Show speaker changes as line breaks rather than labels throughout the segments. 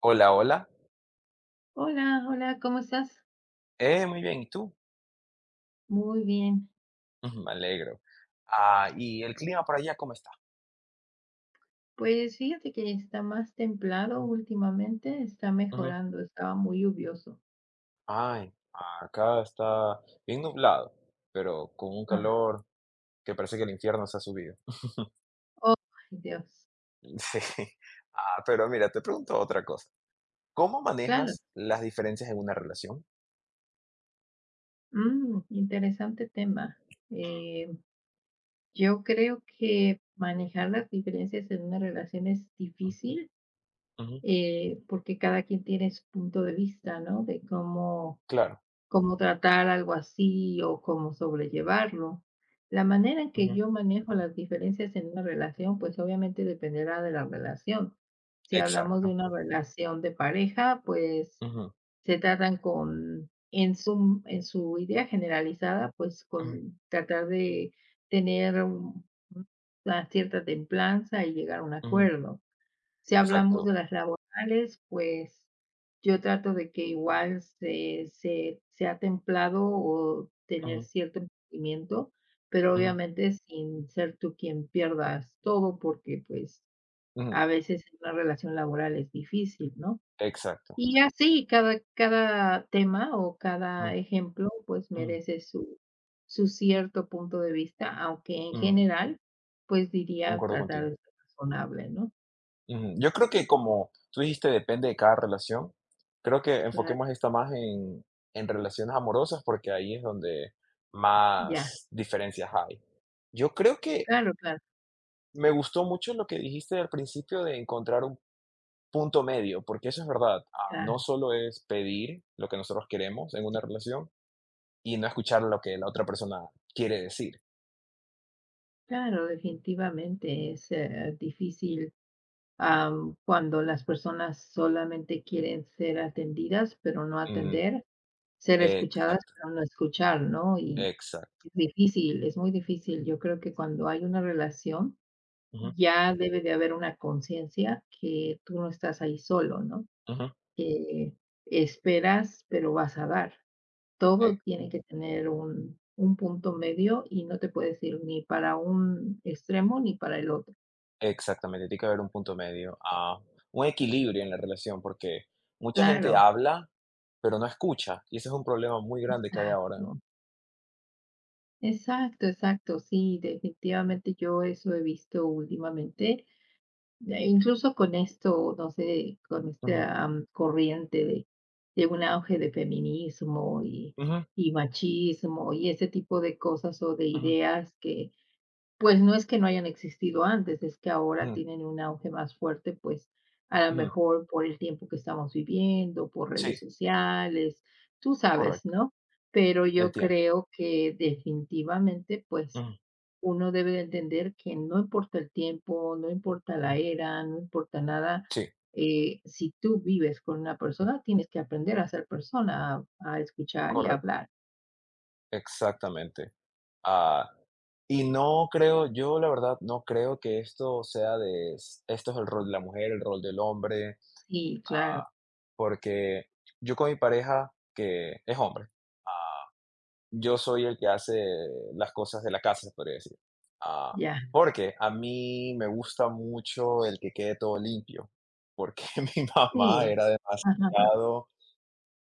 Hola, hola.
Hola, hola, ¿cómo estás?
Muy bien, ¿y tú?
Muy bien.
Ujú, me alegro. ¿Y el clima por allá cómo está?
Pues fíjate que está más templado últimamente, está
Ujú.
mejorando, estaba muy lluvioso.
Ay, acá está bien nublado, pero con un
Ah,
calor que parece que el infierno se ha subido.
oh, ay, Dios.
Sí. Pero mira, te pregunto otra cosa. ¿Cómo
Claro,
manejas las diferencias en una relación?
interesante tema.
Ujú,
Eh, yo creo que manejar las diferencias en una relación es difícil
ujú,
porque cada quien tiene su punto de vista, ¿no? De cómo
claro.
Cómo tratar algo así o cómo sobrellevarlo. La manera en que
Ujú,
yo manejo las diferencias en una relación, pues, obviamente dependerá de la relación. Si hablamos de
exacto.
una relación de pareja, pues,
Ujú,
se tratan con en su idea generalizada, pues,
ujú,
con tratar de tener un una cierta templanza y llegar a un
ujú,
acuerdo. Si hablamos de
exacto.
las laborales, pues, yo trato de que igual se sea templado o tener
Ujú,
cierto entendimiento, pero
ujú,
obviamente sin ser tú quien pierdas todo, porque, pues,
ujú,
a veces en una relación laboral es difícil, ¿no?
exacto.
Y así cada tema o cada
Ujú,
ejemplo, pues,
ujú,
merece su cierto punto de vista, aunque en
ujú,
general, pues, diría
concuerdo
tratar
contigo.
de ser razonable, ¿no?
Ujú. Yo creo que como tú dijiste, depende de cada relación. Creo que
Claro,
enfoquemos esta más en relaciones amorosas porque ahí es donde
ya.
más diferencias hay. Yo creo que
Claro, claro,
me gustó mucho lo que dijiste al principio de encontrar un punto medio, porque eso es verdad. No
claro,
solo es pedir lo que nosotros queremos en una relación y no escuchar lo que la otra persona quiere decir.
claro, definitivamente es, difícil, cuando las personas solamente quieren ser atendidas, pero no
Ujú.
atender, ser escuchadas,
Exacto,
pero no escuchar, ¿no? Y
exacto.
es difícil, es muy difícil. Yo creo que cuando hay una relación,
Ujú,
ya debe de haber una conciencia que tú no estás ahí solo, ¿no?
ujú.
Que esperas, pero vas a dar. Todo tiene que tener un punto medio y no te puedes ir ni para un extremo ni para el otro.
Exactamente, tiene que haber un punto medio, un equilibrio en la relación, porque mucha gente
Claro,
habla, pero no escucha, y ese es un problema muy grande que hay ahora.
exacto. Exacto, exacto. Sí, definitivamente yo eso he visto últimamente, incluso con esto, no sé, con
Ujú,
esta, corriente de un auge de feminismo y
ujú,
y machismo y ese tipo de cosas o de
ujú,
ideas que pues no es que no hayan existido antes, es que ahora
ujú,
tienen un auge más fuerte, pues a lo
ujú.
mejor por el tiempo que estamos viviendo, por redes
Sí,
sociales, tú sabes,
correcto,
¿no? Pero
el
yo
tiempo.
creo que definitivamente, pues
Ujú,
uno debe de entender que no importa el tiempo, no importa la
ujú.
era, no importa nada.
Sí,
Si tú vives con una persona, tienes que aprender a ser persona, a escuchar y a
correcto,
hablar.
exactamente. Ah, y no creo, yo la verdad no creo que esto sea de, esto es el rol de la mujer, el rol del hombre,
Sí, claro,
porque yo con mi pareja, que es hombre, yo soy el que hace las cosas de la casa, se podría decir. Ah,
ya.
Porque a mí me gusta mucho el que quede todo limpio, porque mi mamá
Sí,
era
ajá.
demasiado,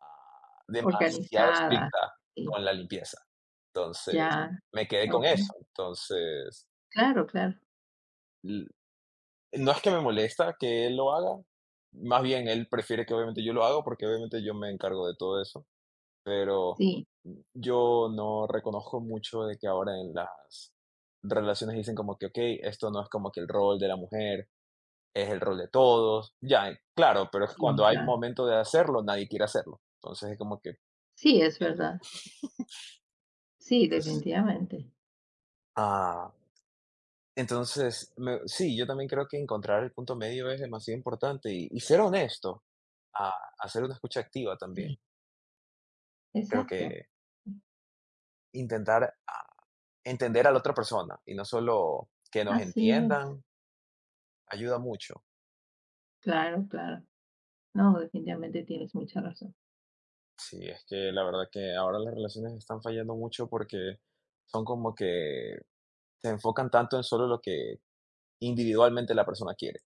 demasiado
Organizada,
estricta
sí,
con la limpieza.
ya,
Entonces, me quedé con
okey.
eso. Entonces,
Claro, claro.
l- no es que me molesta que él lo haga, más bien él prefiere que obviamente yo lo haga, porque obviamente yo me encargo de todo eso. Pero
Sí,
yo no reconozco mucho de que ahora en las relaciones dicen como que, ok, esto no es como que el rol de la mujer, es el rol de todos. Ya, claro, pero es que
sí,
cuando hay
claro.
momento de hacerlo, nadie quiere hacerlo. Entonces es como que,
Sí, es
entiendo.
verdad. Sí,
Entonces,
definitivamente.
ah, entonces sí, yo también creo que encontrar el punto medio es demasiado importante y ser honesto, a, hacer una escucha activa
Sí,
también. Creo
exacto.
que intentar entender a la otra persona y no solo que nos
Así es.
entiendan ayuda mucho.
Claro, claro. No, definitivamente tienes mucha razón.
Sí, es que la verdad que ahora las relaciones están fallando mucho porque son como que se enfocan tanto en solo lo que individualmente la persona quiere.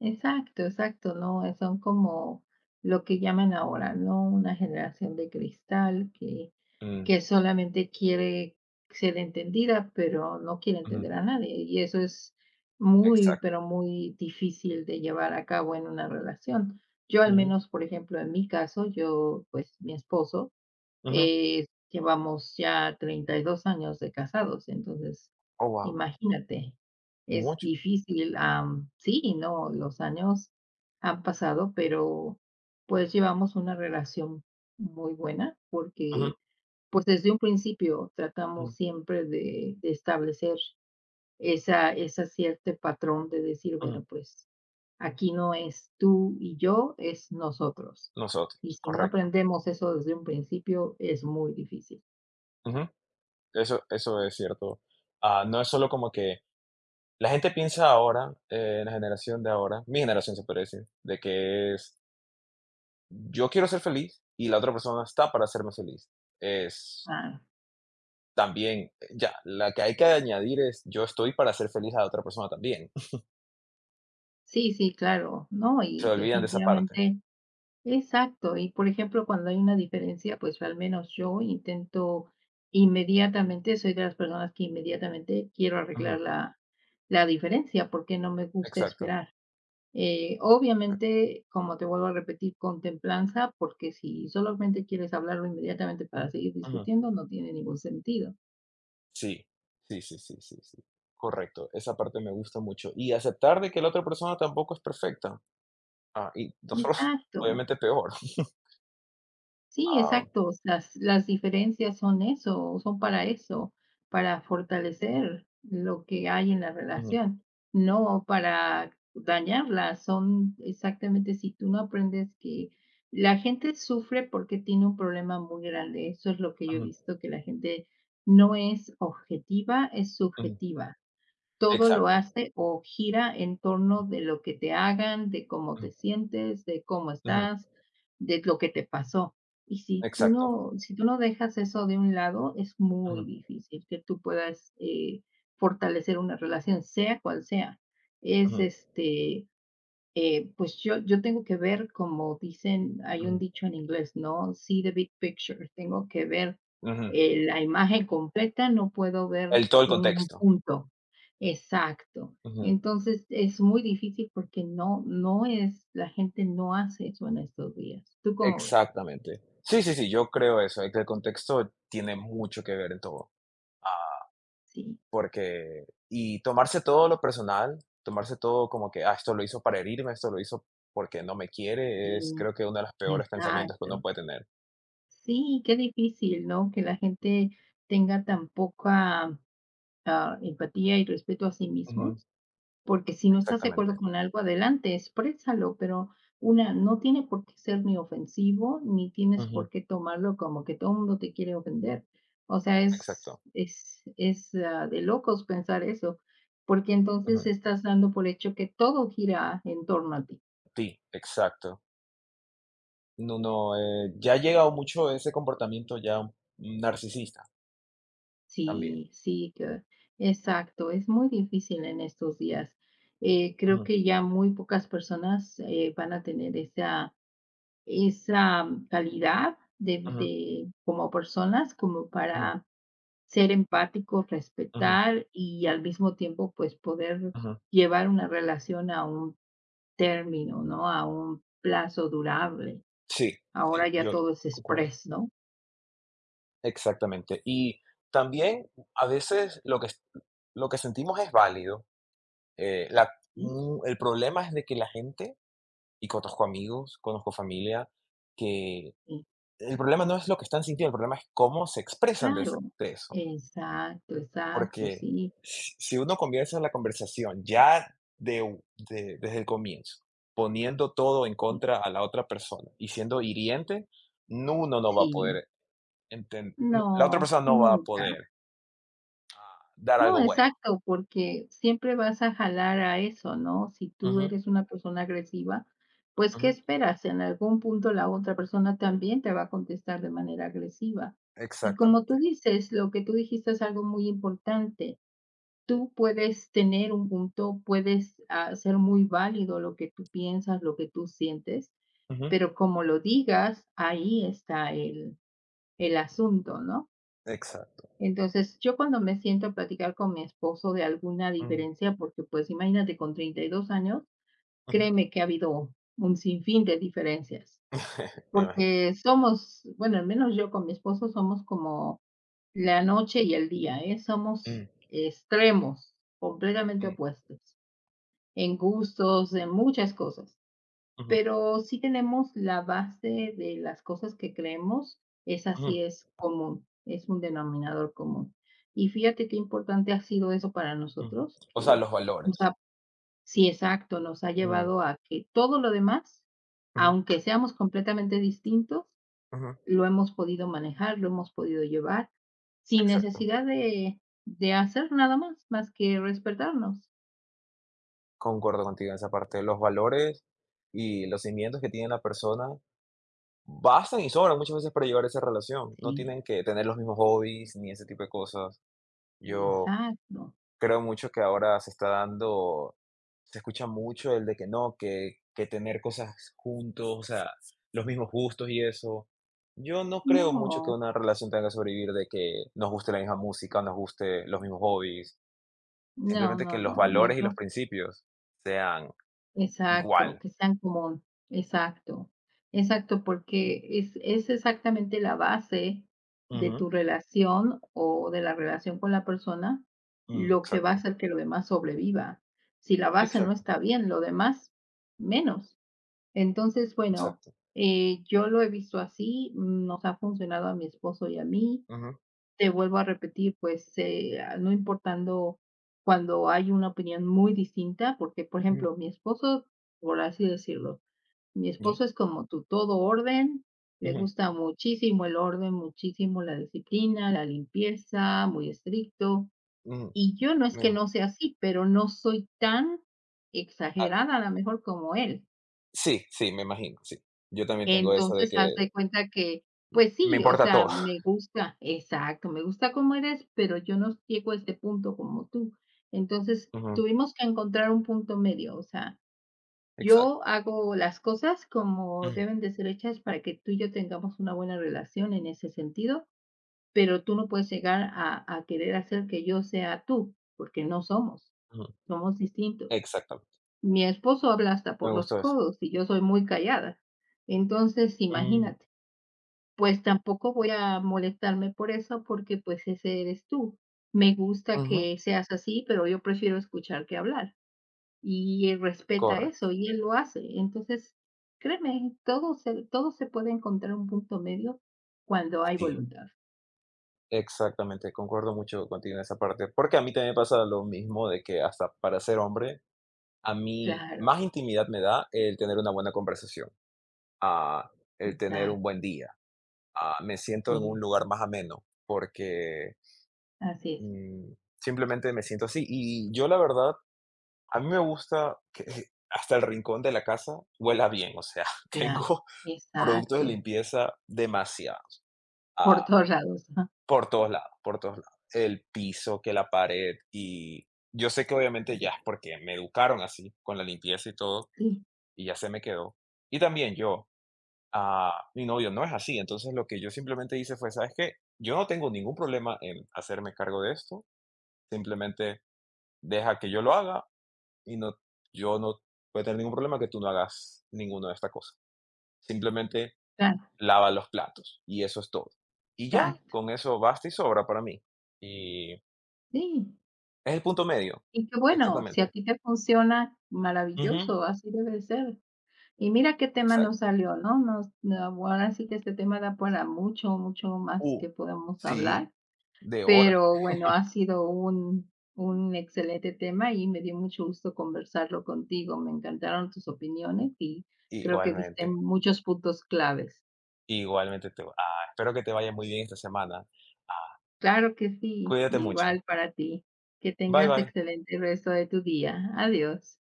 Exacto, exacto, no, son como lo que llaman ahora, ¿no? Una generación de cristal que,
Mm,
que solamente quiere ser entendida, pero no quiere
ujú,
entender a nadie. Y eso es muy,
exacto.
pero muy difícil de llevar a cabo en una relación. Yo al
Ujú,
menos, por ejemplo, en mi caso, yo, pues mi esposo,
ujú.
llevamos ya 32 años de casados, entonces,
Oh, guau,
imagínate, es
mucho.
difícil, sí, no, los años han pasado, pero, pues, llevamos una relación muy buena
Ujú,
porque, pues, desde un principio tratamos
ujú,
siempre de establecer esa cierto patrón de decir,
ujú.
bueno, pues, aquí no es tú y yo, es nosotros. Y
Nosotros,
si no
correcto.
aprendemos eso desde un principio, es muy difícil.
Ujú. Eso es cierto. No es solo como que la gente piensa ahora, en la generación de ahora, mi generación se podría decir, de que es: "Yo quiero ser feliz y la otra persona está para hacerme feliz". Es
Claro.
también, ya, la que hay que añadir es: "Yo estoy para hacer feliz a la otra persona también".
Sí, sí, claro. No,
Se
y
olvidan de esa parte.
definitivamente, exacto. Y por ejemplo, cuando hay una diferencia, pues al menos yo intento inmediatamente, soy de las personas que inmediatamente quiero
Ujú,
arreglar la diferencia porque no me gusta
exacto.
esperar. Obviamente, como te vuelvo a repetir, con templanza, porque si solamente quieres hablarlo inmediatamente para seguir
Ujú.
discutiendo, no tiene ningún sentido.
Sí, sí, sí, sí, sí, sí. Correcto, esa parte me gusta mucho. Y aceptar de que la otra persona tampoco es perfecta. Ah, y nosotros,
Exacto.
obviamente, peor.
Sí,
Ah,
exacto. Las diferencias son eso, son para eso, para fortalecer lo que hay en la
ujú,
relación, no para dañarla. Son exactamente si tú no aprendes que la gente sufre porque tiene un problema muy grande. Eso es lo que yo he
ujú,
visto, que la gente no es objetiva, es
ujú.
subjetiva todo lo
Exacto.
hace o gira en torno de lo que te hagan, de cómo te
Ujú,
sientes, de cómo
ujú,
estás, de lo que te pasó. Y si tú
exacto.
no si tú no dejas eso de un lado, es muy
Ujú,
difícil que tú puedas, fortalecer una relación, sea cual sea. Es,
ujú,
este, eh, pues yo tengo que ver, como dicen, hay un
ujú,
dicho en inglés, ¿no? See the big picture, tengo que ver
ujú.
la imagen completa, no puedo ver
El todo el
un
contexto.
punto exacto.
Ujú.
Entonces es muy difícil porque no, no es, la gente no hace eso en estos días. ¿Tú cómo ves?
Exactamente. Sí, sí, sí, yo creo eso, de que el contexto tiene mucho que ver en todo. Ah,
Sí,
Porque y tomarse todo lo personal, tomarse todo como que, ah, esto lo hizo para herirme, esto lo hizo porque no me quiere,
sí,
es creo que uno de los peores pensamientos que uno
exacto.
puede tener.
Sí, qué difícil, ¿no? Que la gente tenga tan poca empatía y respeto a sí
Ujú,
mismos. Porque si no estás de
exactamente.
acuerdo con algo, adelante, exprésalo, pero no tiene por qué ser ni ofensivo, ni tienes
Ujú,
por qué tomarlo como que todo el mundo te quiere ofender. O sea, es
exacto.
es es, ah, de locos pensar eso, porque
Ujú.
entonces estás dando por hecho que todo gira en torno a ti.
Sí, exacto. No, no, ya ha llegado mucho ese comportamiento ya narcisista también.
Sí, sí, que exacto, es muy difícil en estos días. Creo
Ujú,
que ya muy pocas personas, van a tener esa calidad de,
ujú,
de como personas, como
ujú,
para ser empáticos,
ujú,
respetar y al mismo tiempo, pues, poder
ujú.
llevar una relación a un término, ¿no? A un plazo durable.
Sí, sí,
Ahora ya
yo
todo es
concuerdo.
exprés, ¿no?
Exactamente. Y también a veces lo que, lo que sentimos es válido. Eh, la-
Sí,
mm, el problema es de que la gente, y conozco amigos, conozco familia, que
sí,
el problema no es lo que están sintiendo, el problema es cómo se expresan de,
claro.
de eso.
Exacto, exacto,
Porque
sí,
si uno comienza la conversación ya de, desde el comienzo, poniendo todo en contra a la otra persona y siendo hiriente, uno no va a
sí.
poder entender, la otra
No,
persona no va a
nunca.
poder dar
No,
algo bueno.
exacto, porque siempre vas a jalar a eso, ¿no? Si tú
Ujú,
eres una persona agresiva, pues, ¿qué
ujú.
esperas? En algún punto la otra persona también te va a contestar de manera agresiva. Y como tú
Exactamente.
dices, lo que tú dijiste es algo muy importante. Tú puedes tener un punto, puedes hacer muy válido lo que tú piensas, lo que tú sientes,
Ujú.
pero como lo digas, ahí está el asunto, ¿no?
Exacto.
Entonces, yo cuando me siento a platicar con mi esposo de alguna
Mm,
diferencia, porque pues imagínate, con 32 años,
ujú.
créeme que ha habido un sinfín de diferencias,
Me imagino.
porque somos, bueno, al menos yo con mi esposo somos como la noche y el día, ¿eh? Somos
Mm,
extremos, completamente
mm,
opuestos, en gustos, en muchas cosas.
ujú,
Pero sí tenemos la base de las cosas que creemos, esa
ujú,
sí es común, es un denominador común. Y fíjate qué importante ha sido eso para
ujú.
nosotros,
O sea,
que
los
nos
valores.
ha sí, exacto, nos ha
Mm,
llevado a que todo lo demás,
ujú,
aunque seamos completamente distintos,
ujú.
lo hemos podido manejar, lo hemos podido llevar, sin
Exacto.
necesidad de hacer nada más, más que respetarnos.
Concuerdo contigo en esa parte. Los valores y los cimientos que tiene la persona bastan y sobran muchas veces para llevar esa relación. No
Sí,
tienen que tener los mismos hobbies ni ese tipo de cosas. Yo
exacto.
creo mucho que ahora se está dando, se escucha mucho el de que no, que tener cosas juntos, o sea, los mismos gustos y eso. Yo no creo mucho que
No,
una relación tenga que sobrevivir de que nos guste la misma música, nos guste los mismos hobbies,
no,
simplemente
no,
que los
no, ni
valores y los
yo.
principios sean
Exacto,
igual.
que sea en común, exacto, exacto, porque es exactamente la base de
Ujú,
tu relación o de la relación con la persona,
mm,
lo que va a
exacto,
hacer que lo demás sobreviva. Si la base no
exacto,
está bien, lo demás menos. Entonces, bueno,
exacto.
yo lo he visto así, nos ha funcionado a mi esposo y a mí,
Ujú,
te vuelvo a repetir, pues, no importando cuando hay una opinión muy distinta, porque, por
ujú,
ejemplo, mi esposo, por así decirlo, mi
ya,
esposo es como tú, todo orden, le
ujú,
gusta muchísimo el orden, muchísimo la disciplina, la limpieza, muy estricto.
ujú,
Y yo no es que
mm.
no sea así, pero no soy tan
Ah,
exagerada a lo mejor como él.
sí, sí, me imagino, sí. Yo también tengo eso de
Entonces, haz
que
de cuenta que, pues
me
sí, o
importa
sea,
todo.
me gusta exacto, me gusta cómo eres, pero yo no llego a este punto como tú. Entonces,
Ujú,
tuvimos que encontrar un punto medio, o sea, yo
exacto.
hago las cosas como
Mm,
deben de ser hechas para que tú y yo tengamos una buena relación en ese sentido, pero tú no puedes llegar a querer hacer que yo sea tú, porque no somos,
ujú,
somos distintos.
exactamente,
Mi esposo habla hasta
me
por los
gustó eso.
codos y yo soy muy callada. Entonces,
Mm,
imagínate. Pues tampoco voy a molestarme por eso, porque, pues, ese eres tú. Me gusta
ujú,
que seas así, pero yo prefiero escuchar que hablar. Y él respeta
correcto,
eso, y él lo hace. Entonces, créeme, todo se puede encontrar un punto medio cuando hay
sí,
voluntad.
exactamente, concuerdo mucho contigo en esa parte, porque a mí también me pasa lo mismo de que hasta para ser hombre, a mí
Claro,
más intimidad me da el tener una buena conversación, ah, el tener un
exacto,
buen día, me siento en
sí,
un lugar más ameno, porque,
así es,
mm, simplemente me siento así. Y yo la verdad, a mí me gusta que hasta el rincón de la casa huela bien, o sea,
claro,
tengo productos de
exacto,
limpieza demasiado.
por
Ah,
todos lados, ajá,
por todos lados, por todos lados. El piso, que la pared y yo sé que obviamente ya es porque me educaron así, con la limpieza y todo,
sí,
y ya se me quedó. Y también yo, mi novio no es así, entonces lo que yo simplemente hice fue, ¿sabes qué? Yo no tengo ningún problema en hacerme cargo de esto, simplemente deja que yo lo haga y no, yo no voy a tener ningún problema que tú no hagas ninguna de estas cosas. Simplemente
claro,
lava los platos y eso es todo. Y ya,
exacto,
con eso basta y sobra para mí. Y
sí.
es el punto medio.
Y qué bueno, si a
Exactamente.
ti te funciona,
Ujú,
maravilloso, así debe ser. Y mira qué tema
exacto.
nos salió, ¿no? Nos no, ahora sí que este tema da para mucho, mucho más
Uh,
que podemos
sí,
hablar,
de horas.
pero bueno, ha sido un excelente tema y me dio mucho gusto conversarlo contigo. Me encantaron tus opiniones y creo que diste
Igualmente,
muchos puntos claves.
igualmente te va espero que te vaya muy bien esta semana. Ah,
Claro que sí,
Cuídate mucho.
igual para ti. Que
Bye,
tengas
bye.
excelente resto de tu día. Adiós.